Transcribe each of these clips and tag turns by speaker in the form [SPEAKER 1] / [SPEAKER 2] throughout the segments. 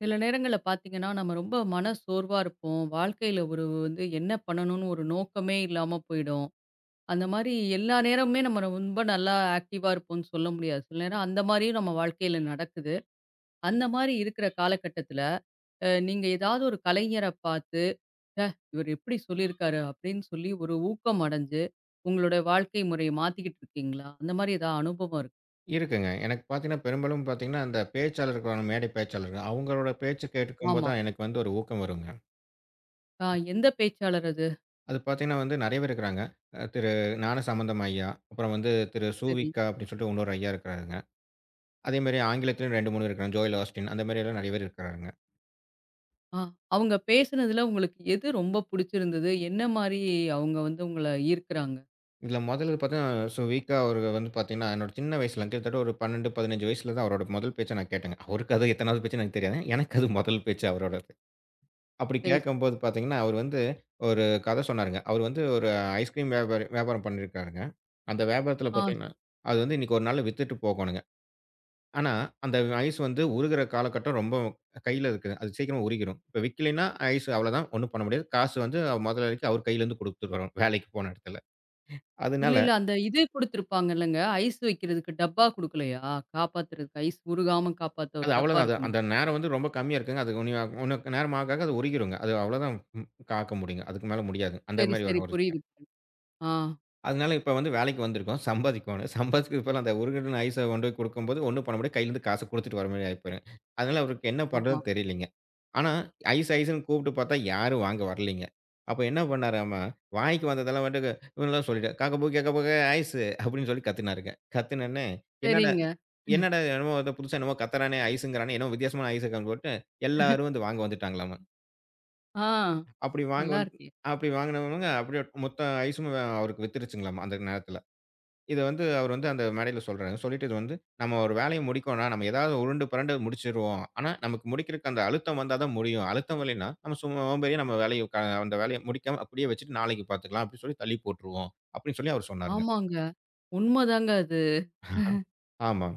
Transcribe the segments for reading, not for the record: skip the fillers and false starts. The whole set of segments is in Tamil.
[SPEAKER 1] சில நேரங்கள்ல பார்த்தீங்கன்னா, நம்ம ரொம்ப மன சோர்வா இருப்போம். வாழ்க்கையில ஒரு வந்து என்ன பண்ணணும்னு ஒரு நோக்கமே இல்லாம போயிடும். அந்த மாரி எல்லா நேரமுமே நம்ம ரொம்ப நல்லா ஆக்டிவா இருப்போம்ன்னு சொல்ல முடியாது. சில நேரம் அந்த மாரியும் நம்ம வாழ்க்கையில நடக்குது. அந்த மாரி இருக்கிற காலகட்டத்தில, நீங்க ஏதாவது ஒரு கலைஞர பார்த்து, "ச்சே! இவர் எப்படி சொல்லியிருக்காரு?" அப்படின்னு சொல்லி ஒரு ஊக்கம் அடைஞ்சு, உங்களுடைய வாழ்க்கை முறைய மாத்திக்கிட்டு இருக்கீங்களா? அந்த மாரி ஏதாவது அனுபவம் இருக்கு?
[SPEAKER 2] இருக்குங்க. எனக்கு பார்த்தீங்கன்னா, பெரும்பாலும் பார்த்தீங்கன்னா, அந்த பேச்சாளர் இருக்கிறாங்க, மேடை பேச்சாளர். அவங்களோட பேச்சு கேட்கும்போது
[SPEAKER 1] ஆமா.
[SPEAKER 2] தான் எனக்கு வந்து ஒரு ஊக்கம் வருங்க.
[SPEAKER 1] ஆ, எந்த பேச்சாளர் அது?
[SPEAKER 2] அது பார்த்தீங்கன்னா வந்து நெறைய பேர் இருக்கிறாங்க. திரு ஞானசம்பந்தம் ஐயா, அப்புறம் வந்து திரு
[SPEAKER 1] சரி.
[SPEAKER 2] சு.வி.க. அப்படின்னு சொல்லிட்டு இன்னொரு ஐயா இருக்கிறாருங்க. அதேமாரி ஆங்கிலத்திலயும் 2, 3 இருக்கிறாங்க. ஜோயல் ஆஸ்டின் அந்த மாரியெல்லாம் நெறைய பேர் இருக்கிறாருங்க.
[SPEAKER 1] ஆ. அவங்க பேசுனதுல உங்களுக்கு எது ரொம்ப புடிச்சிருந்தது? என்ன மாரி அவங்க வந்து உங்கள ஈர்க்குறாங்க?
[SPEAKER 2] இதுல முதல்ல பார்த்தீங்கன்னா, சு.வி.க. அவரு வந்து பார்த்தீங்கன்னா, என்னோட சின்ன வயசுல கிட்டத்தட்ட ஒரு 12, 15 வயசுல தான் அவரோட முதல் பேச்ச நான் கேட்டேங்க. அவருக்கு அது எத்தனாவது பேச்சுன்னு எனக்கு தெரியாது. எனக்கு அது முதல் பேச்சு அவரோடது. அப்படி
[SPEAKER 1] சரி, சரி.
[SPEAKER 2] கேட்கும்போது பார்த்தீங்கன்னா, அவரு வந்து ஒரு கதை சொன்னாருங்க. அவரு வந்து ஒரு ஐஸ்கிரீம் வியாபாரி வியாபாரம் பண்ணியிருக்காருங்க. அந்த வியாபாரத்தில
[SPEAKER 1] ஆ.
[SPEAKER 2] பார்த்தீங்கன்னா, அது வந்து இன்னைக்கு ஒரு நாள்ல வித்துட்டு போகணுங்க. ஆனா, அந்த ஐஸ் வந்து உருகுற காலகட்டம் ரொம்ப கையில இருக்குது. அது சீக்கிரமா உருகிரும். இப்ப விக்கலைன்னா ஐஸ் அவ்வளதான். ஒண்ணும் பண்ண முடியாது. காசு வந்து அவர் முதலாளிக்கு அவர் கையிலேருந்து குடுத்துடுவாரு, வேலைக்கு போன இடத்துல.
[SPEAKER 1] இல்ல,
[SPEAKER 2] அதனால
[SPEAKER 1] இல்ல. அந்த இது குடுத்துருப்பாங்கல்லங்க. ஐஸ் வைக்கிறதுக்கு டப்பா குடுக்கலையா? காப்பாத்துறதுக்கு ஐஸ் உருகாம காப்பாத்த ஒரு
[SPEAKER 2] அது
[SPEAKER 1] டப்பா
[SPEAKER 2] அவ்வளதான். அது
[SPEAKER 1] இருக்குமே!
[SPEAKER 2] அந்த நேரம் வந்து ரொம்ப கம்மியா இருக்குங்க. அது உன்னிய உன்ன நேரம் ஆக, ஆக அது உருகிருங்க. அது அவ்வளதான். காக்க முடியுங்க. அதுக்கு மேல முடியாது. அந்த
[SPEAKER 1] சரி,
[SPEAKER 2] மாரி
[SPEAKER 1] சரி.
[SPEAKER 2] ஒரு ஒரு
[SPEAKER 1] புரியுது.
[SPEAKER 2] விஷயம்.
[SPEAKER 1] புரியுது. ஆ.
[SPEAKER 2] அதனால இப்ப வந்து வேலைக்கு வந்திருக்கோம். சம்பாதிக்கோணும். சம்பாதிக்கிறதுக்கு பதிலா அந்த உருகுன ஐஸ கொண்டு போய் குடுக்கும்போது, ஒண்ணும் பண்ண முடியாது. கையிலேருந்து காச குடுத்துட்டு வர மாரி ஆயிப்போயிரும். அதனால அவருக்கு என்ன
[SPEAKER 1] ஆமா.
[SPEAKER 2] பண்றதுன்னு தெரியலைங்க. ஆனா, ஐஸ் ஐஸ்ன்னு கூப்பிட்டு பார்த்தா யாரும் வாங்க வரலைங்க. அப்ப என்ன பண்ணாராமா, வாய்க்கு வந்ததெல்லாம் வந்துட்டு இவன்லாம் சொல்லிட்டாரு. "காக்கபூ கேக்கபோக ஐஸு" அப்படின்னு சொல்லி கத்துனாருங்க. கத்துனோனே, "என்னடா
[SPEAKER 1] சரிங்க.
[SPEAKER 2] என்னடா என்னமோ ஏதோ புதுசா என்னமோ கத்துறானே, ஐஸுங்கிறானே, என்னமோ வித்தியாசமான ஐஸ காமின்னு" போட்டு எல்லாரும் வந்து வாங்க வந்துட்டாங்களாமா.
[SPEAKER 1] ஆ.
[SPEAKER 2] அப்படி வாங்க
[SPEAKER 1] நல்லா
[SPEAKER 2] வந்து
[SPEAKER 1] இருக்கே!
[SPEAKER 2] அப்படி வாங்குனவங்க அப்படியே மொத்த ஐஸும் அவருக்கு வித்துருச்சுங்களாமா அந்த நேரத்துல. இது வந்து அவர் வந்து அந்த மேடையில சொல்றாரு. சொல்லிட்டு இது வந்து நம்ம ஒரு வேலைய முடிக்கோணும்னா, நம்ம ஏதாவது உருண்டு புரண்டு முடிச்சுருவோம். ஆனா, நமக்கு முடிக்கிறக்கு அந்த அழுத்தம் வந்தா தான் முடியும். அழுத்தம் வரலைன்னா, நம்ம சும்மா சோம்பேறியா நம்ம வேலைய அந்த வேலைய முடிக்காம அப்படியே வச்சுட்டு நாளைக்கு பார்த்துக்கலாம் அப்படின்னு சொல்லி தள்ளி போட்டுருவோம். அப்படின்னு சொல்லி அவர் சொன்னாருங்க.
[SPEAKER 1] ஆமாங்க. உண்மதாங்க அது.
[SPEAKER 2] ஆமா.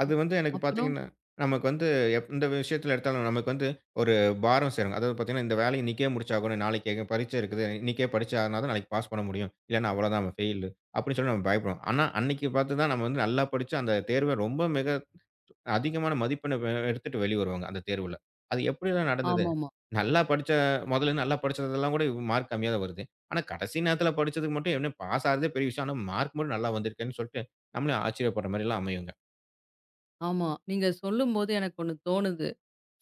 [SPEAKER 2] அது
[SPEAKER 1] அ-
[SPEAKER 2] வந்து எனக்கு
[SPEAKER 1] அப்புறம்.
[SPEAKER 2] பார்த்தீங்கன்னா, நமக்கு வந்து இந்த விஷயத்துல எடுத்தாலும் நமக்கு வந்து ஒரு பாரம் சேரும். அதாவது பார்த்தீங்கன்னா, இந்த வேலைய இன்னைக்கே முடிச்சாகணும். நாளைக்கு எங்க பரீட்சை இருக்குது. இன்னைக்கே படிச்சா தான் நாளைக்கு பாஸ் பண்ண முடியும். இல்லன்னா அவ்வளோதான் நம்ம ஃபெயிலு. அப்படின்னு சொல்லி நம்ம பயப்படுவோம். ஆனா, அன்னைக்கு பார்த்து தான் நம்ம வந்து நல்லா படிச்சு அந்த தேர்வ ரொம்ப மிக அதிகமான மதிப்பெண் எடுத்துட்டு வெளிய வருவாங்க, அந்த தேர்வுல. அது எப்படிலாம் நடந்தது?
[SPEAKER 1] ஆமாமா.
[SPEAKER 2] நல்லா படிச்ச மொதல்ல நல்லா படிச்சதெல்லாம் கூட மார்க் கம்மியா தான் வருது. ஆனா, கடைசி நேரத்துல படிச்சதுக்கு மட்டும் என்ன பாஸ் ஆறதே பெரிய விஷயம். ஆனா, மார்க் மட்டும் நல்லா வந்திருக்கேன்னு சொல்லிட்டு, நம்மளே ஆச்சரியப்படுற மாரிலாம் அமையுங்க.
[SPEAKER 1] ஆமா. நீங்க சொல்லும்போது எனக்கு ஒண்ணு தோணுது.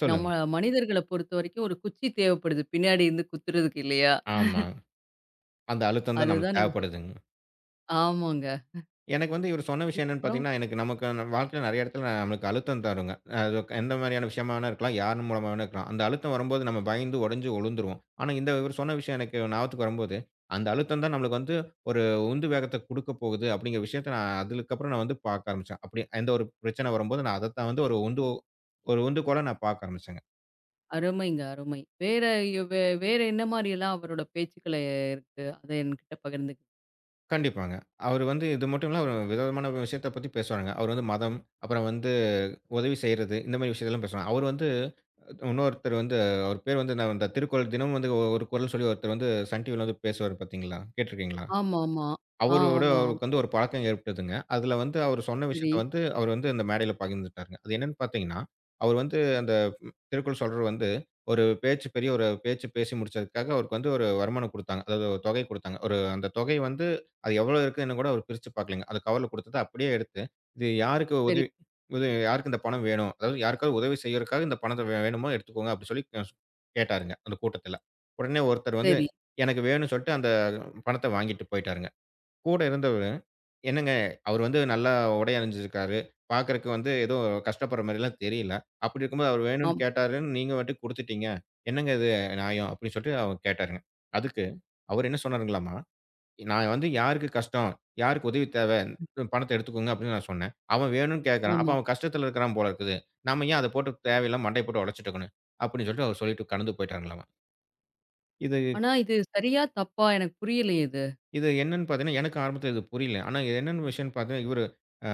[SPEAKER 2] சொல்லுங்க.
[SPEAKER 1] நம்ம மனிதர்கள பொறுத்தவரைக்கும் ஒரு குச்சி தேவைப்படுது. பின்னாடி இருந்து குத்துறதுக்கு இல்லையா?
[SPEAKER 2] ஆமா. அந்த அழுத்தம் தான்
[SPEAKER 1] அதுதான்
[SPEAKER 2] நம்மளுக்கு
[SPEAKER 1] நீங்க சொல்
[SPEAKER 2] தேவைப்படுதுங்க.
[SPEAKER 1] ஆமாங்க.
[SPEAKER 2] எனக்கு வந்து இவரு சொன்ன விஷயம் என்னன்னு
[SPEAKER 1] அதுக்கப்புறம்.
[SPEAKER 2] பார்த்தீங்கன்னா, எனக்கு நமக்கு வாழ்க்கையில நெறைய இடத்துல நம்மளுக்கு அழுத்தம் தருங்க. அது எந்த மாதிரியான விஷயமா வேணா இருக்கலாம். யார் மூலமா வேணா இருக்கலாம். அந்த அழுத்தம் வரும்போது நம்ம பயந்து உடைஞ்சு விழுந்துருவோம். ஆனா இந்த இவரு சொன்ன விஷயம் எனக்கு ஞாபகத்துக்கு வரும்போது, அந்த அழுத்தம் தான் நம்மளுக்கு வந்து ஒரு உந்து வேகத்த குடுக்கப் போகுது அப்படிங்கிற விஷயத்த நான் அதுக்கப்புறம் நான் வந்து பார்க்க ஆரம்பிச்சேன். அப்படி எந்த ஒரு பிரச்சனை வரும்போது நான் அதத்தான் வந்து ஒரு உந்து ஒரு உந்துகோலா நான் பார்க்க ஆரம்பிச்சேங்க.
[SPEAKER 1] அருமைங்க, அருமை. வேற யு வே வேற என்ன மாரியெல்லாம் அவரோட பேச்சுக்கள இருக்கு? அத என்கிட்ட பகிர்ந்துக்க.
[SPEAKER 2] கண்டிப்பாங்க. அவரு வந்து இது மட்டும் இல்ல, அவரு விதவிதமான விஷயத்த பத்தி பேசுவாருங்க. அவரு வந்து மதம், அப்புறம் வந்து உதவி செய்றது, இந்த மாரி விஷயத்தலாம் பேசுவாங்க. அவரு வந்து இன்னொருத்தர் வந்து அவர் பேர் வந்து நான் அந்த திருக்குறள் தினமும் வந்து ஒரு குறள் சொல்லி ஒருத்தர் வந்து சன் டிவில வந்து பேசுவாரு பார்த்தீங்களா? கேட்டுருக்கீங்களா?
[SPEAKER 1] ஆமாமா. ஆ
[SPEAKER 2] அவரோட
[SPEAKER 1] ஆமா.
[SPEAKER 2] அவருக்கு வந்து ஒரு பழக்கம் ஏற்பட்டதுங்க. அதுல வந்து அவரு சொன்ன
[SPEAKER 1] சரி,
[SPEAKER 2] விஷயத்த வந்து, அவரு வந்து அந்த மேடையில பகிர்ந்துட்டாருங்க. அது என்னன்னு பார்த்தீங்கன்னா, அவரு வந்து அந்த திருக்குறள் சொல்றது வந்து, ஒரு பேச்சு பெரிய ஒரு பேச்சு பேசி முடிச்சதுக்காக அவருக்கு வந்து ஒரு வருமானம் குடுத்தாங்க. அதாவது ஒரு தொகை குடுத்தாங்க. ஒரு அந்த தொகை வந்து அது எவ்வளோ இருக்குன்னு கூட அவரு பிரிச்சு பார்க்கலங்க. அது கவர்ல குடுத்தத அப்படியே எடுத்து, இது யாருக்கு
[SPEAKER 1] சரி,
[SPEAKER 2] உதவி உதவி யாருக்கு இந்த பணம் வேணும்? அதாவது யாருக்காவது உதவி செய்யறதுக்காக இந்த பணத்த வே வேணுமோ எடுத்துக்கோங்க அப்படி சொல்லி கேட்டாருங்க, அந்த கூட்டத்துல. உடனே ஒருத்தர் வந்து,
[SPEAKER 1] சரி.
[SPEAKER 2] எனக்கு வேணும்னு சொல்லிட்டு அந்த பணத்த வாங்கிட்டு போயிட்டாருங்க. கூட இருந்தவரு, "என்னங்க அவரு வந்து நல்லா உடை அணிஞ்சிருக்காரு. பார்க்கறக்கு வந்து ஏதோ கஷ்டப்படுற மாரிலாம் தெரியல. அப்படி இருக்கும்போது அவரு வேணும்னு
[SPEAKER 1] ஆம்,
[SPEAKER 2] கேட்டாருன்னு நீங்க பாட்டுக்கு குடுத்துட்டீங்க. என்னங்க இது நியாயம்?" அப்படின்னு சொல்லிட்டு அவர் கேட்டாருங்க. அதுக்கு அவரு என்ன சொன்னாருங்களாம்மா, "நான் வந்து யாருக்கு கஷ்டம், யாருக்கு உதவி தேவை, பணத்த எடுத்துக்கோங்க" அப்படின்னு நான் சொன்னேன். "அவன் வேணும்னு கேட்கறான். அப்ப
[SPEAKER 1] ஆமா.
[SPEAKER 2] அவன் கஷ்டத்துல இருக்கிறான் போல இருக்குது. நாம ஏன் அத போட்டு தேவையில்லாம மண்டைய போட்டு உடைச்சுட்டு இருக்கணும்." அப்படின்னு சொல்லிட்டு அவரு சொல்லிட்டு கடந்து போயிட்டாருங்களாம்மா. இது
[SPEAKER 1] ஆனா இது சரியா? தப்பா? எனக்கு புரியலையே இது.
[SPEAKER 2] இது என்னன்னு பார்த்தீங்கன்னா, எனக்கு ஆரம்பத்தில இது புரியல. ஆனா என்னன்னு விஷயம்ன்னு பார்த்தீங்கன்னா, இவரு அ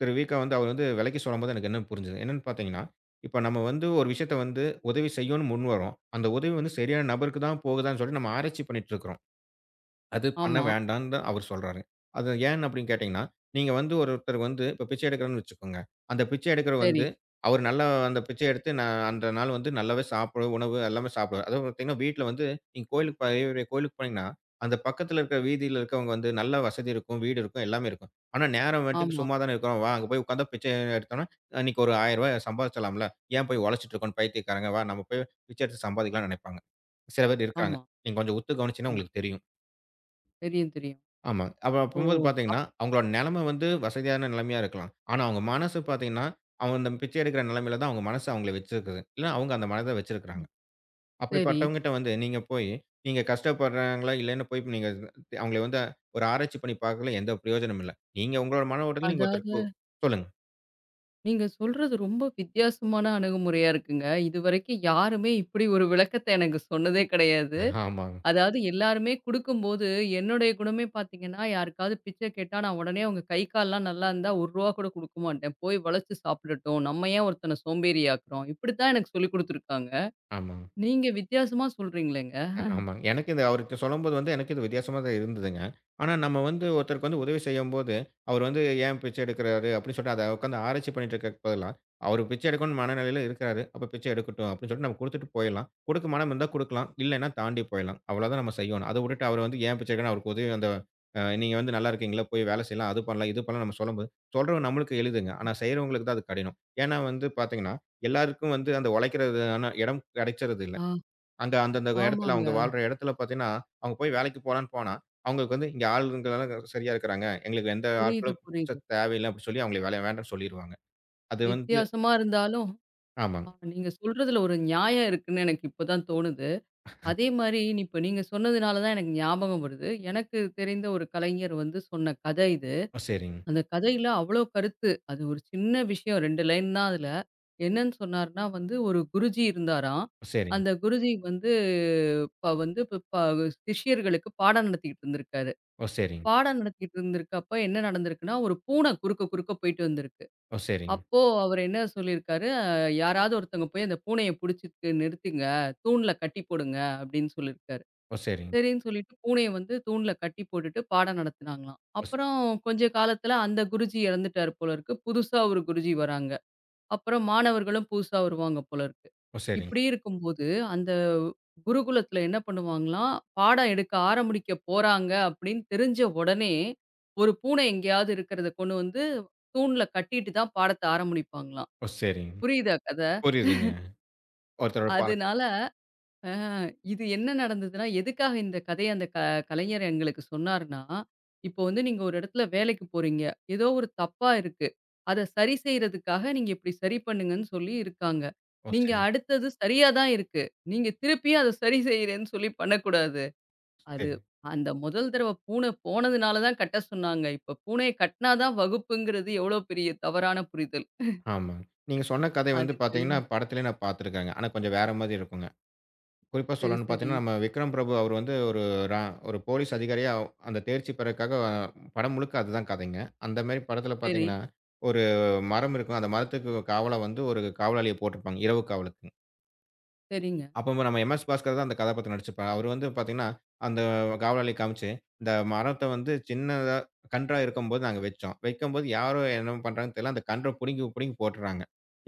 [SPEAKER 2] திரு வி.க. வந்து அவர் வந்து விளக்கி சொல்லும்போது எனக்கு என்ன புரிஞ்சது. என்னன்னு பார்த்தீங்கன்னா, இப்ப நம்ம வந்து ஒரு விஷயத்த வந்து உதவி செய்யணும்னு முன்வர்றோம். அந்த உதவி வந்து சரியான நபருக்கு தான் போகுதான்னு சொல்லிட்டு நம்ம ஆராய்ச்சி பண்ணிட்டு இருக்கிறோம். அது பண்ண
[SPEAKER 1] ஆமா.
[SPEAKER 2] வேண்டான்னு தான் அவரு சொல்றாரு. அது ஏன் அப்படின்னு கேட்டீங்கன்னா, நீங்க வந்து ஒருத்தர் வந்து இப்ப பிச்சை எடுக்கிறன்னு வச்சுக்கோங்க. அந்த பிச்சை எடுக்கிறவர்
[SPEAKER 1] சரி.
[SPEAKER 2] வந்து அவர் நல்லா அந்த பிச்சை எடுத்து நான் அந்த நாள் வந்து நல்லாவே சாப்பிடு உணவு எல்லாமே சாப்பிடுவாரு. அதுவும் பார்த்தீங்கன்னா, வீட்ல வந்து நீங்க கோயிலுக்கு பெரிய கோயிலுக்கு போனீங்கன்னா, அந்த பக்கத்துல இருக்கிற வீதியில இருக்கிறவங்க வந்து நல்ல வசதி இருக்கும், வீடு இருக்கும், எல்லாமே இருக்கும். ஆனா நேரம் வட்டுக்கு
[SPEAKER 1] ஆமா,
[SPEAKER 2] சும்மா தானே இருக்கிறோம். வா அங்க போய் உட்கார்ந்தா பிச்சை எடுத்தோம்னா, அன்னைக்கு ஒரு ரூ. 1000 சம்பாதிச்சலாம்ல. ஏன் போய் உழைச்சிட்டு இருக்கோம்ன்னு பைத்தியக்காரங்க. வா நம்ம போய் பிச்சை எடுத்து சம்பாதிக்கலாம்ன்னு நினைப்பாங்க. சில பேர் இருக்கிறாங்க.
[SPEAKER 1] ஆமா,
[SPEAKER 2] நீங்க கொஞ்சம் உத்து கவனிச்சீங்கன்னா
[SPEAKER 1] ஆமா.
[SPEAKER 2] உங்களுக்கு தெரியும்.
[SPEAKER 1] தெரியும், தெரியும்.
[SPEAKER 2] ஆமா. அப்ப
[SPEAKER 1] ஓ!
[SPEAKER 2] அப்பம்போது
[SPEAKER 1] அப்
[SPEAKER 2] பார்த்தீங்கன்னா, அவங்களோட நெலைம வந்து வசதியான நிலைமையா இருக்கலாம். ஆனா, அவங்க மனசு பார்த்தீங்கன்னா, அவங்க அந்த பிச்சை எடுக்கிற நிலைமையில தான் அவங்க மனசு அவங்கள வச்சிருக்குது. இல்ல அவங்க அந்த மனத வச்சிருக்காங்க.
[SPEAKER 1] ம். சரி.
[SPEAKER 2] அப்படிப்பட்டவங்ககிட்ட வந்து நீங்க போய், நீங்க கஷ்டப்படுறாங்களா இல்லன்னு போய் நீங்க அவங்கள வந்து ஒரு ஆராய்ச்சி பண்ணி பார்க்கல எந்த பிரயோஜனமும் இல்ல. நீங்க உங்களோட மன ஓட்டத்துல நீங்க
[SPEAKER 1] அதாவது
[SPEAKER 2] ஒருத்தருக்கு சொல்லுங்க.
[SPEAKER 1] நீங்க சொல்றது ரொம்ப வித்தியாசமான அணுகுமுறையா இருக்குங்க. இதுவரைக்கும் யாருமே இப்படி ஒரு விளக்கத்த எனக்கு சொன்னதே கிடையாது.
[SPEAKER 2] ஆமாங்க,
[SPEAKER 1] அதாவது எல்லாருமே குடுக்கும்போது, என்னுடைய குணமே பார்த்தீங்கன்னா, யாருக்காவது பிச்சை கேட்டா, நான் உடனே அவங்க கை கால்லாம் நல்லா இருந்தா ரூ. 1 கூட குடுக்க மாட்டேன். போய் உழைச்சு சாப்பிடட்டும். நம்ம ஏன் ஒருத்தன சோம்பேறி ஆக்குறோம்? இப்படித்தான் எனக்கு சொல்லிக் குடுத்துருக்காங்க.
[SPEAKER 2] ஆமாங்க.
[SPEAKER 1] நீங்க வித்தியாசமா சொல்றீங்களேங்க.
[SPEAKER 2] ஆமாங்க. எனக்கு இது அவர்ட்ட சொல்லும்போது வந்து எனக்கு இது வித்தியாசமா தான் இருந்ததுங்க. ஆனா நம்ம வந்து ஒருத்தருக்கு வந்து உதவி செய்யும்போது, அவர் வந்து ஏன் பிச்சை எடுக்கிறாரு? அப்படின்னு சொல்லிட்டு அத உட்கார்ந்து ஆராய்ச்சி பண்ணிட்டு இருக்கறதுக்கு பதிலா, அவரு பிச்சை எடுக்கணும்னு மனநிலையில இருக்கிறாரு. அப்ப பிச்சை எடுக்கட்டும் அப்படின்னு சொல்லிட்டு நம்ம குடுத்துட்டு போயிரலாம். குடுக்க மனம் இருந்தா குடுக்கலாம். இல்லன்னா தாண்டி போயிரலாம். அவ்வளவுதான் நம்ம செய்யணும். அத விட்டுட்டு அவரு வந்து ஏன் பிச்சை எடுக்கணும்? அவருக்கு உதவி அந்த நீங்க வந்து நல்லா இருக்கீங்களா? போய் வேலை செய்யலாம். அது பண்ணலாம், இது பண்ணலாம் நம்ம சொல்லும்போது, சொல்றவங்க நம்மளுக்கு எளிதுங்க. ஆனா செய்றவங்களுக்கு தான் அது கடினம். ஏன்னா வந்து பார்த்தீங்கன்னா, எல்லாருக்கும் வந்து அந்த உழைக்கிறதுக்கான இடம் கிடைச்சிறது இல்ல.
[SPEAKER 1] ஆ,
[SPEAKER 2] அங்க அந்தந்த இடத்துல
[SPEAKER 1] ஆமாங்க.
[SPEAKER 2] அவங்க வாழ்ற இடத்துல பார்த்தீங்கன்னா, அவங்க போய் வேலைக்கு போலான்னு போனா, அவங்களுக்கு வந்து இங்க ஆளுங்கலாம் சரியா இருக்கிறாங்க. எங்களுக்கு எந்த
[SPEAKER 1] புரியுது,
[SPEAKER 2] ஆட்களும் புதுசா
[SPEAKER 1] புரியுது.
[SPEAKER 2] தேவையில்ல அப்படின்னு சொல்லி அவங்கள வேலை வேண்டாம்னு சொல்லிருவாங்க. அது வந்து
[SPEAKER 1] வித்தியாசமா இருந்தாலும்,
[SPEAKER 2] ஆமாங்க.
[SPEAKER 1] நீங்க சொல்றதுல ஒரு நியாயம் இருக்குன்னு எனக்கு இப்பதான் தோணுது. அதே மாரி இப்ப நீங்க சொன்னதுனால தான் எனக்கு ஞாபகம் வருது. எனக்கு தெரிந்த ஒரு கலைஞர் வந்து சொன்ன கதை இது.
[SPEAKER 2] ஓ! சரிங்க.
[SPEAKER 1] அந்த கதையில அவ்வளோ கருத்து. அது ஒரு சின்ன விஷயம், 2 லைன் தான் அதுல. என்னன்னு சொன்னாருன்னா வந்து ஒரு குருஜி இருந்தாராம்.
[SPEAKER 2] ஓ! சரிங்க.
[SPEAKER 1] அந்த குருஜி வந்து இப்ப வந்து இப்ப ப சிஷ்யர்களுக்கு பாடம் நடத்திக்கிட்டு இருந்திருக்காரு.
[SPEAKER 2] ஓ! சரிங்க.
[SPEAKER 1] பாடம் நடத்திக்கிட்டு இருந்திருக்கப்ப என்ன நடந்திருக்குன்னா, ஒரு பூனை குறுக்க குறுக்க போயிட்டு வந்திருக்கு.
[SPEAKER 2] ஓ! சரிங்க.
[SPEAKER 1] அப்போ அவரு என்ன சொல்லியிருக்காரு, "யாராவது ஒருத்தவங்க போய் அந்த பூனைய புடிச்சுட்டு நிறுத்துங்க. தூண்ல கட்டி போடுங்க" அப்படின்னு சொல்லியிருக்காரு.
[SPEAKER 2] ஓ! சரிங்க.
[SPEAKER 1] சரின்னு சொல்லிட்டு பூனைய வந்து தூண்ல கட்டி போட்டுட்டு பாடம் நடத்துனாங்களாம்.
[SPEAKER 2] ஓ!
[SPEAKER 1] அப்புறம் கொஞ்ச காலத்துல அந்த குருஜி இறந்துட்டாரு போல இருக்கு. புதுசா ஒரு குருஜி வராங்க. அப்புறம் மாணவர்களும் புதுசா வருவாங்க போல இருக்கு.
[SPEAKER 2] ஓ! சரிங்க.
[SPEAKER 1] இப்படி இருக்கும்போது அந்த குருகுலத்துல என்ன பண்ணுவாங்களாம், பாடம் எடுக்க ஆரம்பிக்க போறாங்க அப்படின்னு தெரிஞ்ச உடனே, ஒரு பூனை எங்கேயாவது இருக்கிறத கொண்டு வந்து தூண்ல கட்டிட்டு தான் பாடத்த ஆரம்பிப்பாங்களாம்.
[SPEAKER 2] ஓ! சரிங்க.
[SPEAKER 1] புரியுதா கதை?
[SPEAKER 2] புரியுதுங்க. ஒருத்தரோட பழக்
[SPEAKER 1] அதனால ஆ இது என்ன நடந்ததுன்னா, எதுக்காக இந்த கதைய அந்த கலைஞர் எங்களுக்கு சொன்னாருன்னா, இப்போ வந்து நீங்க ஒரு இடத்துல வேலைக்கு போறீங்க. ஏதோ ஒரு தப்பா இருக்கு. அத சரி செய்றதுக்காக நீங்க இப்படி சரி பண்ணுங்கன்னு சொல்லி இருக்காங்க.
[SPEAKER 2] ஓ!
[SPEAKER 1] நீங்க
[SPEAKER 2] சரிங்க.
[SPEAKER 1] அடுத்தது சரியா தான் இருக்கு. நீங்க திருப்பியும் அத சரி செய்றேன்னு சொல்லி பண்ணக்கூடாது.
[SPEAKER 2] சரி.
[SPEAKER 1] அது அந்த முதல் தடவ பூனை போனதுனால தான் கட்ட சொன்னாங்க. இப்ப பூனைய கட்டினா தான் வகுப்புங்கிறது எவ்வளோ பெரிய தவறான புரிதல்.
[SPEAKER 2] ஆமாங்க. நீங்க சொன்ன கதை வந்து
[SPEAKER 1] அதுக்கு
[SPEAKER 2] பார்த்தீங்கன்னா, படத்திலேயே நான் பார்த்துருக்கேங்க. ஆனா கொஞ்சம் வேற மாரி இருக்குங்க. குறிப்பா
[SPEAKER 1] சரி,
[SPEAKER 2] சொல்லணும்னு
[SPEAKER 1] சரி,
[SPEAKER 2] பார்த்தீங்கன்னா, நம்ம விக்ரம் பிரபு அவர் வந்து ரா ஒரு போலீஸ் அதிகாரியா அந்த தேர்ச்சி பெறக்காக படம் முழுக்க அதுதான் கதைங்க. அந்த மாரி படத்தில
[SPEAKER 1] சரி,
[SPEAKER 2] பார்த்தீங்கன்னா, ஒரு மரம் இருக்கும். அந்த மரத்துக்கு காவலா வந்து ஒரு காவலாளிய போட்டிருப்பாங்க. இரவு காவலுக்கு.
[SPEAKER 1] சரிங்க.
[SPEAKER 2] அப்போ நம்ம எம்.எஸ். பாஸ்கர் தான் அந்த கதாபாத்திரம் நடிச்சிருப்பாரு. அவரு வந்து பார்த்தீங்கன்னா, அந்த காவலாளிய காமிச்சு, இந்த மரத்த வந்து சின்னதா கன்றா இருக்கும்போது நாங்க வச்சோம். வைக்கும்போது யாரோ என்ன பண்றாங்கன்னு தெரியல. அந்த கன்ற புடுங்கி, புடுங்கி போட்டுறாங்க.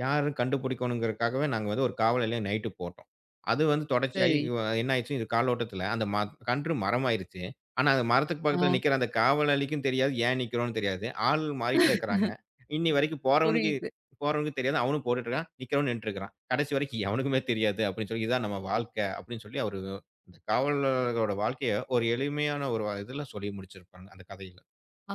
[SPEAKER 2] யாரு கண்டுபிடிக்கணுங்கிறதுக்காகவே நாங்க வந்து ஒரு காவலாளிய நைட்டு போட்டோம். அது வந்து தொடர்ச்சியாயி
[SPEAKER 1] சரி.
[SPEAKER 2] என்ன ஆயிடுச்சு, இது காலோட்டத்தில அந்த கன்று மரமாயிருச்சு. ஆனா, அந்த மரத்துக்கு
[SPEAKER 1] ஆ
[SPEAKER 2] பக்கத்தில நிக்கிற அந்த காவலாளிக்கும் தெரியாது, ஏன் நிக்கிறோம்னு தெரியாது. ஆள் மாறிட்டே இருக்கிறாங்க. இன்னி வரைக்கும் போறவனுக்கு
[SPEAKER 1] புரியுது.
[SPEAKER 2] போறவனுக்கு தெரியாது. அவனும் போட்டுட்டு இருக்கான். நிக்கிறவனும் நின்னுட்டு இருக்கிறான். கடைசி வரைக்கும் எவனுக்குமே தெரியாது அப்படின்னு சொல்லி, "இதான் நம்ம வாழ்க்கை" அப்படின்னு சொல்லி அவரு அந்த காவலரோட வாழ்க்கைய ஒரு எளிமையான ஒரு இதுல சொல்லி முடிச்சிருப்பாங்க, அந்த கதையில.
[SPEAKER 1] ஆ.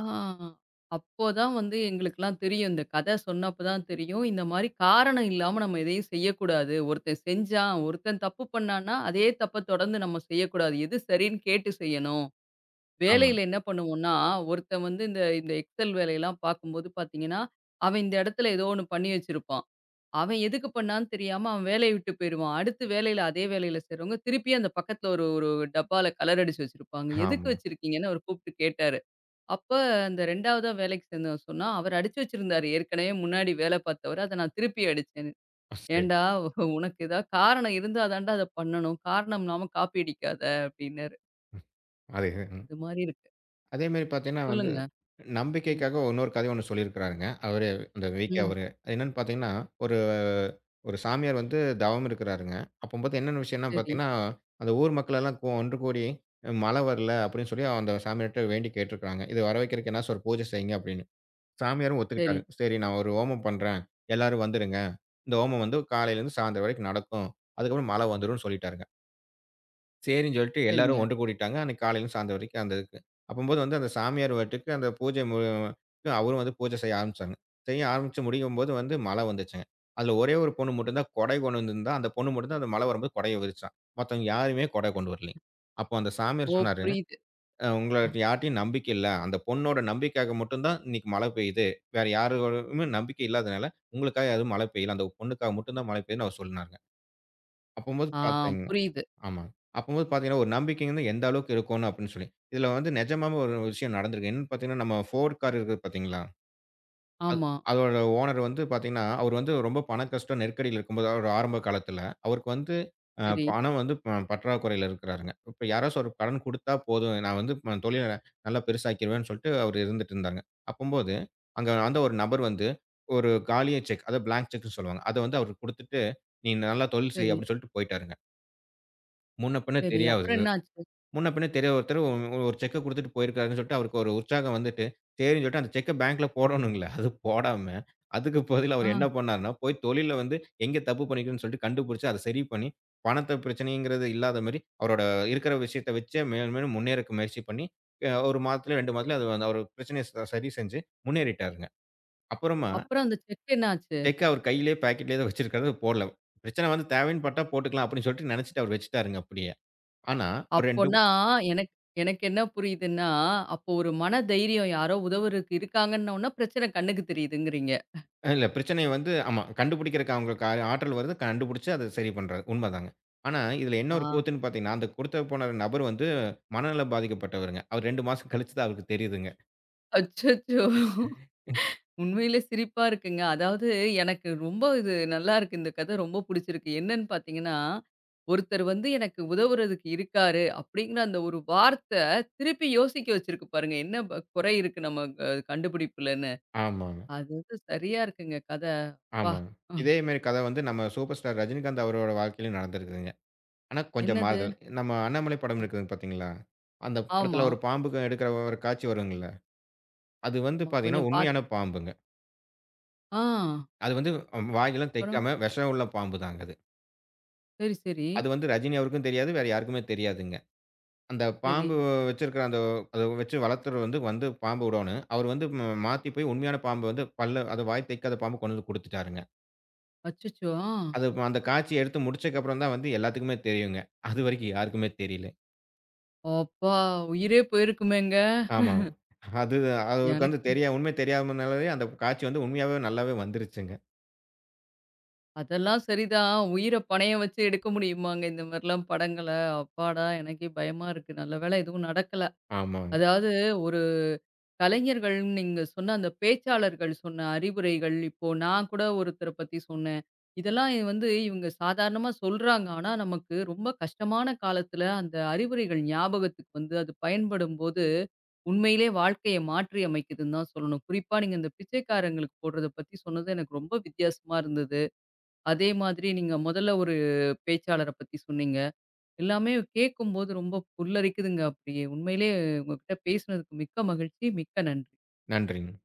[SPEAKER 1] அப்போதான் வந்து எங்களுக்கெல்லாம் தெரியும். இந்த கதை சொன்னப்ப தான் தெரியும். இந்த மாரி காரணம் இல்லாம நம்ம எதையும் செய்யக்கூடாது. ஒருத்தன் செஞ்சான், ஒருத்தன் தப்பு பண்ணான்னா, அதே தப்ப தொடர்ந்து நம்ம செய்யக்கூடாது. எது சரின்னு கேட்டு செய்யணும்.
[SPEAKER 2] ஆமா.
[SPEAKER 1] வேலையில என்ன பண்ணுவோம்னா, ஒருத்தன் வந்து இந்த இந்த எக்ஸெல் வேலையெல்லாம் பார்க்கும்போது பார்த்தீங்கன்னா, அவன் இந்த இடத்துல ஏதோ ஒண்ணு பண்ணி வச்சிருப்பான். அவன் எதுக்கு பண்ணான்னு தெரியாம அவன் வேலைய விட்டு போயிருவான். அடுத்து வேலையில அதே வேலையில செய்றவங்க திருப்பியும் அந்த பக்கத்துல ஒரு ஒரு டப்பால கலர் அடிச்சு வச்சிருப்பாங்க. எதுக்கு
[SPEAKER 2] ஆமா.
[SPEAKER 1] வச்சிருக்கீங்கன்னு அவரு கூப்பிட்டு கேட்டாரு. அப்ப அந்த 2வதா வேலைக்கு சேர்ந்தவன் சொன்னான், அவர் அடிச்சு வச்சிருந்தாரு. ஏற்கனவே முன்னாடி வேலை பார்த்தவர, அத நான் திருப்பி அடிச்சேன்னு.
[SPEAKER 2] சரி.
[SPEAKER 1] "ஏன்டா உனக்கு ஏதாவது காரணம் இருந்தா தான்டா அத பண்ணணும். காரணம் இல்லாம காப்பி அடிக்காத" அப்படின்னாரு.
[SPEAKER 2] ம். அதே ம்.
[SPEAKER 1] அது மாரி இருக்கு.
[SPEAKER 2] அதே மாரி பார்த்தீங்கன்னா வந்து,
[SPEAKER 1] சொல்லுங்க. ம்.
[SPEAKER 2] நம்பிக்கைக்காக இன்னொரு கதை ஒண்ணு சொல்லியிருக்கிறாருங்க. அவரு விகே
[SPEAKER 1] ம்.
[SPEAKER 2] அவரு. அது என்னன்னு பார்த்தீங்கன்னா, ஒரு ஒரு சாமியார் வந்து தவம் இருக்கிறாருங்க. அப்பம்போது என்னென்ன விஷயம்னா
[SPEAKER 1] சரி,
[SPEAKER 2] பார்த்தீங்கன்னா, அந்த ஊர் மக்கள் எல்லாம் ஒன்று கூடி, "மழை வரல" அப்படின்னு சொல்லி அந்த சாமியார்ட்ட வேண்டி கேட்டுருக்காங்க. "இது வர வைக்கிறதுக்கு என்னாச்சும் ஒரு பூஜை செய்யுங்க" அப்படின்னு. சாமியாரும்
[SPEAKER 1] சரி,
[SPEAKER 2] ஒத்துக்கிட்டாரு. "சரி நான் ஒரு ஹோமம் பண்றேன். எல்லாரும் வந்துருங்க. இந்த ஹோமம் வந்து காலையிலேருந்து சாயந்தரம் வரைக்கும் நடக்கும். அதுக்கப்புறம் மழை வந்துரும்னு" சொல்லிட்டாருங்க. சரின்னு சொல்லிட்டு
[SPEAKER 1] சரிங்க.
[SPEAKER 2] எல்லாரும் ஒன்று கூடிட்டாங்க. அன்னைக்கு காலையிலேருந்து சாயந்தரம் வரைக்கும் அந்த இதுக்கு. அப்பம்போது வந்து அந்த சாமியார் வீட்டுக்கு அந்த பூஜை க்கு அவரும் வந்து பூஜை செய்ய ஆரம்பிச்சாங்க. செய்ய ஆரம்பிச்சு முடிக்கும்போது வந்து மழை வந்துச்சுங்க. அதில ஒரே ஒரு பொண்ணு மட்டும் தான் கொடை கொண்டு வந்திருந்தா. அந்த பொண்ணு மட்டும் தான் அந்த மழை வரும்போது கொடைய விரிச்சா. மத்தவங்க யாருமே கொடை கொண்டு வரலைங்க. அப்போ அந்த
[SPEAKER 1] ஓ!
[SPEAKER 2] சாமியார் சொன்னாரு.
[SPEAKER 1] புரியுது.
[SPEAKER 2] உங்கள யார்ட்டயும் நம்பிக்கை இல்ல. அந்த பொண்ணோட நம்பிக்கைக்காக மட்டும் தான் இன்னைக்கு மழை பெய்யுது. வேற யாரோடயுமே நம்பிக்கை இல்லாதனால, உங்களுக்காக எதுவும் மழை பெய்யல. அந்த பொண்ணுக்காக மட்டும் தான் மழை பெய்யுதுன்னு அவர் சொன்னாருங்க. அப்பம்போது
[SPEAKER 1] ஆ
[SPEAKER 2] பார்த்தீங்கன்னா
[SPEAKER 1] புரியுது.
[SPEAKER 2] ஆமாங்க. அப்பம்போது பார்த்தீங்கன்னா, ஒரு நம்பிக்கை வந்து எந்த அளவுக்கு இருக்கணும் அப்படின்னு சொல்லி. இதுல வந்து நிஜமாவே ஒரு விஷயம் நடந்திருக்கு. என்னன்னு பார்த்தீங்கன்னா, நம்ம ஃபோர் கார் இருக்குது பார்த்தீங்களா? அது
[SPEAKER 1] ஆமா.
[SPEAKER 2] அதோட ஓனர் வந்து பார்த்தீங்கன்னா, அவரு வந்து ரொம்ப பண கஷ்டம் நெருக்கடியில இருக்கும்போது, அவரு ஆரம்ப காலத்தில, அவருக்கு வந்து
[SPEAKER 1] சரி,
[SPEAKER 2] பணம் வந்து பற்றாக்குறையில இருக்கிறாருங்க. இப்ப யாராச்சும் ஒரு கடன் குடுத்தா போதும். நான் வந்து தொழில நல்லா பெருசாக்கிருவேன்னு சொல்லிட்டு அவரு இருந்துட்டு இருந்தாங்க. அப்பம்போது, அங்க அந்த ஒரு நபர் வந்து ஒரு காலிய செக், அத பிளாங்க் செக்ன்னு சொல்லுவாங்க. அத வந்து அவருக்கு குடுத்துட்டு, "நீ நல்லா தொழில் செய்"
[SPEAKER 1] சரி,
[SPEAKER 2] அப்படின்னு சொல்லிட்டு போயிட்டாருங்க. முன்ன பின்ன
[SPEAKER 1] சரி. அப்புறம்
[SPEAKER 2] தெரியாது.
[SPEAKER 1] என்ன ஆச்சு?
[SPEAKER 2] முன்ன பின்ன தெரியாத ஒருத்தர் ஒரு ஒரு செக்க குடுத்துட்டு போயிருக்காருன்னு சொல்லிட்டு அவருக்கு ஒரு உற்சாகம் வந்துட்டு, சரின்னு சொல்லிட்டு அந்த செக்க பேங்க்ல போடணுங்கள. அது போடாம, அதுக்கு பதிலா
[SPEAKER 1] ஆ
[SPEAKER 2] அவர் என்ன பண்ணாருன்னா, போய் தொழில்ல வந்து எங்க தப்பு பண்ணியிருக்குன்னு சொல்லிட்டு கண்டுபிடிச்சு, அத சரி பண்ணி, பணத்த பிரச்சனைங்கிறது இல்லாத மாரி, அவரோட இருக்கிற விஷயத்த வச்சே மேலும் மேலும் முன்னேறக்கு முயற்சி பண்ணி, அ 1 மாதத்துலயோ, 2 மாதத்துலயோ அது வந்து அவர் பிரச்சனைய சரி செஞ்சு முன்னேறிட்டாருங்க. அப்புறமா
[SPEAKER 1] அப்புறம் அந்த செக் என்ன ஆச்சு?
[SPEAKER 2] செக்க அவர் கையிலேயே பாக்கெட்லேயே தான் வச்சிருக்காரு போடல. பிரச்சனை வந்து தேவைன்னு பட்டா போட்டுக்கலாம் அப்படின்னு சொல்லிட்டு நெனச்சுட்டு அவர் வச்சுட்டாருங்க அப்படியே. ஆனா, ஒரு 2
[SPEAKER 1] அப்போனா எனக்கு எனக்கு என்ன புரியுதுன்னா, அப்போ ஒரு மன தைரியம் யாரோ உதவுறதுக்கு இருக்காங்கன்ன உடனே பிரச்சனை கண்ணுக்கு தெரியுதுங்கிறீங்க.
[SPEAKER 2] இல்ல பிரச்சனை வந்து ஆமா. கண்டுபிடிக்கிறக்கு அவங்களுக்கு ஆற்றல் வருது. கண்டுபிடிச்சு அத சரி பண்றாங்க. உண்மதாங்க. ஆனா, இதுல என்ன
[SPEAKER 1] ஆ.
[SPEAKER 2] ஒரு கூத்துன்னு பார்த்தீங்கன்னா, அந்த குடுத்து போன நபர் வந்து மனநலம் பாதிக்கப்பட்டவருங்க. அவர் 2 மாசம் கழிச்சு தான் அவருக்கு தெரியுதுங்க.
[SPEAKER 1] அச்சச்சோ! உண்மையிலே சிரிப்பா இருக்குங்க. அதாவது எனக்கு ரொம்ப இது நல்லா இருக்கு. இந்த கதை ரொம்ப புடிச்சிருக்கு. என்னன்னு பார்த்தீங்கன்னா, ஒருத்தர் வந்து எனக்கு உதவுறதுக்கு இருக்காரு அப்படிங்கிற அந்த ஒரு வார்த்தை திருப்பி யோசிக்க வச்சிருக்கு பாருங்க. என்ன குறை இருக்கு நம்ம கண்டுபிடிப்புலன்னு.
[SPEAKER 2] ஆமாங்க,
[SPEAKER 1] அது வந்து சரியா இருக்குங்க கதை. அப்பா!
[SPEAKER 2] ஆமாங்க.
[SPEAKER 1] ம்.
[SPEAKER 2] இதே மாரி கதை வந்து நம்ம சூப்பர் ஸ்டார் ரஜினிகாந்த் அவரோட வாழ்க்கையிலும் நடந்திருக்குதுங்க. ஆனா கொஞ்சம்
[SPEAKER 1] என்னது?
[SPEAKER 2] மாறுதல். நம்ம அண்ணாமலை படம்
[SPEAKER 1] அ
[SPEAKER 2] இருக்குது பார்த்தீங்களா? அந்த
[SPEAKER 1] ஆமா,
[SPEAKER 2] படத்துல ஒரு பாம்புக்கு எடுக்கிற ஒரு காட்சி வருங்கல்ல. அது வந்து
[SPEAKER 1] ஆமா.
[SPEAKER 2] பார்த்தீங்கன்னா,
[SPEAKER 1] கொஞ்சம்
[SPEAKER 2] உண்மையான
[SPEAKER 1] பார்த்துருக்கேன்.
[SPEAKER 2] பாம்புங்க.
[SPEAKER 1] ஆ
[SPEAKER 2] அது வந்து வாயெல்லாம்
[SPEAKER 1] அப்புறம்?
[SPEAKER 2] தைக்காம விஷம் உள்ள பாம்பு தாங்க அது.
[SPEAKER 1] சரி, சரி,
[SPEAKER 2] அது வந்து ரஜினி அவருக்கும் தெரியாது. வேற யாருக்குமே தெரியாதுங்க. அந்த
[SPEAKER 1] சரி.
[SPEAKER 2] பாம்பு வச்சிருக்கிற அந்த அத வச்சு வளர்த்தவர் வந்து வந்து பாம்பு விடோணும். அவரு வந்து மாத்தி போய் உண்மையான பாம்பு வந்து பல்ல அது வாய் தைக்காத பாம்பு கொண்டு வந்து குடுத்துட்டாருங்க.
[SPEAKER 1] அச்சச்சோ! ஆ.
[SPEAKER 2] அது அந்த காட்சிய எடுத்து முடிச்சதுக்கப்புறம் தான் வந்து எல்லாத்துக்குமே தெரியுங்க. அதுவரைக்கும் யாருக்குமே தெரியல.
[SPEAKER 1] அப்பா! உயிரே போயிருக்குமேங்க.
[SPEAKER 2] ஆமாங்க. அது அவருக்கு வந்து
[SPEAKER 1] எனக்கு
[SPEAKER 2] தெரியா உண்மை தெரியாதனாலயே அந்த காட்சி வந்து உண்மையாவே நல்லாவே வந்துருச்சுங்க.
[SPEAKER 1] அதெல்லாம் சரிதான். உயிர பணயம் வச்சு எடுக்க முடியுமாங்க இந்த மாரிலாம் படங்கள? அப்பாடா! எனக்கே பயமா இருக்கு. நல்ல வேளை எதுவும் நடக்கல.
[SPEAKER 2] ஆமாங்க.
[SPEAKER 1] அதாவது ஒரு கலைஞர்கள்ன்னு நீங்க சொன்ன அந்த பேச்சாளர்கள் சொன்ன அறிவுரைகள், இப்போ நான் கூட ஒருத்தர பத்தி சொன்னேன். இதெல்லாம் வந்து இவங்க சாதாரணமா சொல்றாங்க. ஆனா, நமக்கு ரொம்ப கஷ்டமான காலத்துல அந்த அறிவுரைகள் ஞாபகத்துக்கு வந்து அது பயன்படும்போது, உண்மையிலே வாழ்க்கைய மாற்றி அமைக்குதுன்னு தான் சொல்லணும். குறிப்பா நீங்க இந்த பிச்சைக்காரங்களுக்கு போடுறத பத்தி சொன்னது எனக்கு ரொம்ப வித்தியாசமா இருந்தது. அதே மாதிரி நீங்க முதல்ல ஒரு பேச்சாளர பத்தி சொன்னீங்க. எல்லாமே கேட்கும்போது ரொம்ப புல்லரிக்குதுங்க அப்படியே. உண்மையிலே உங்ககிட்ட பேசினதுக்கு மிக்க மகிழ்ச்சி. மிக்க நன்றி.
[SPEAKER 2] நன்றிங்க.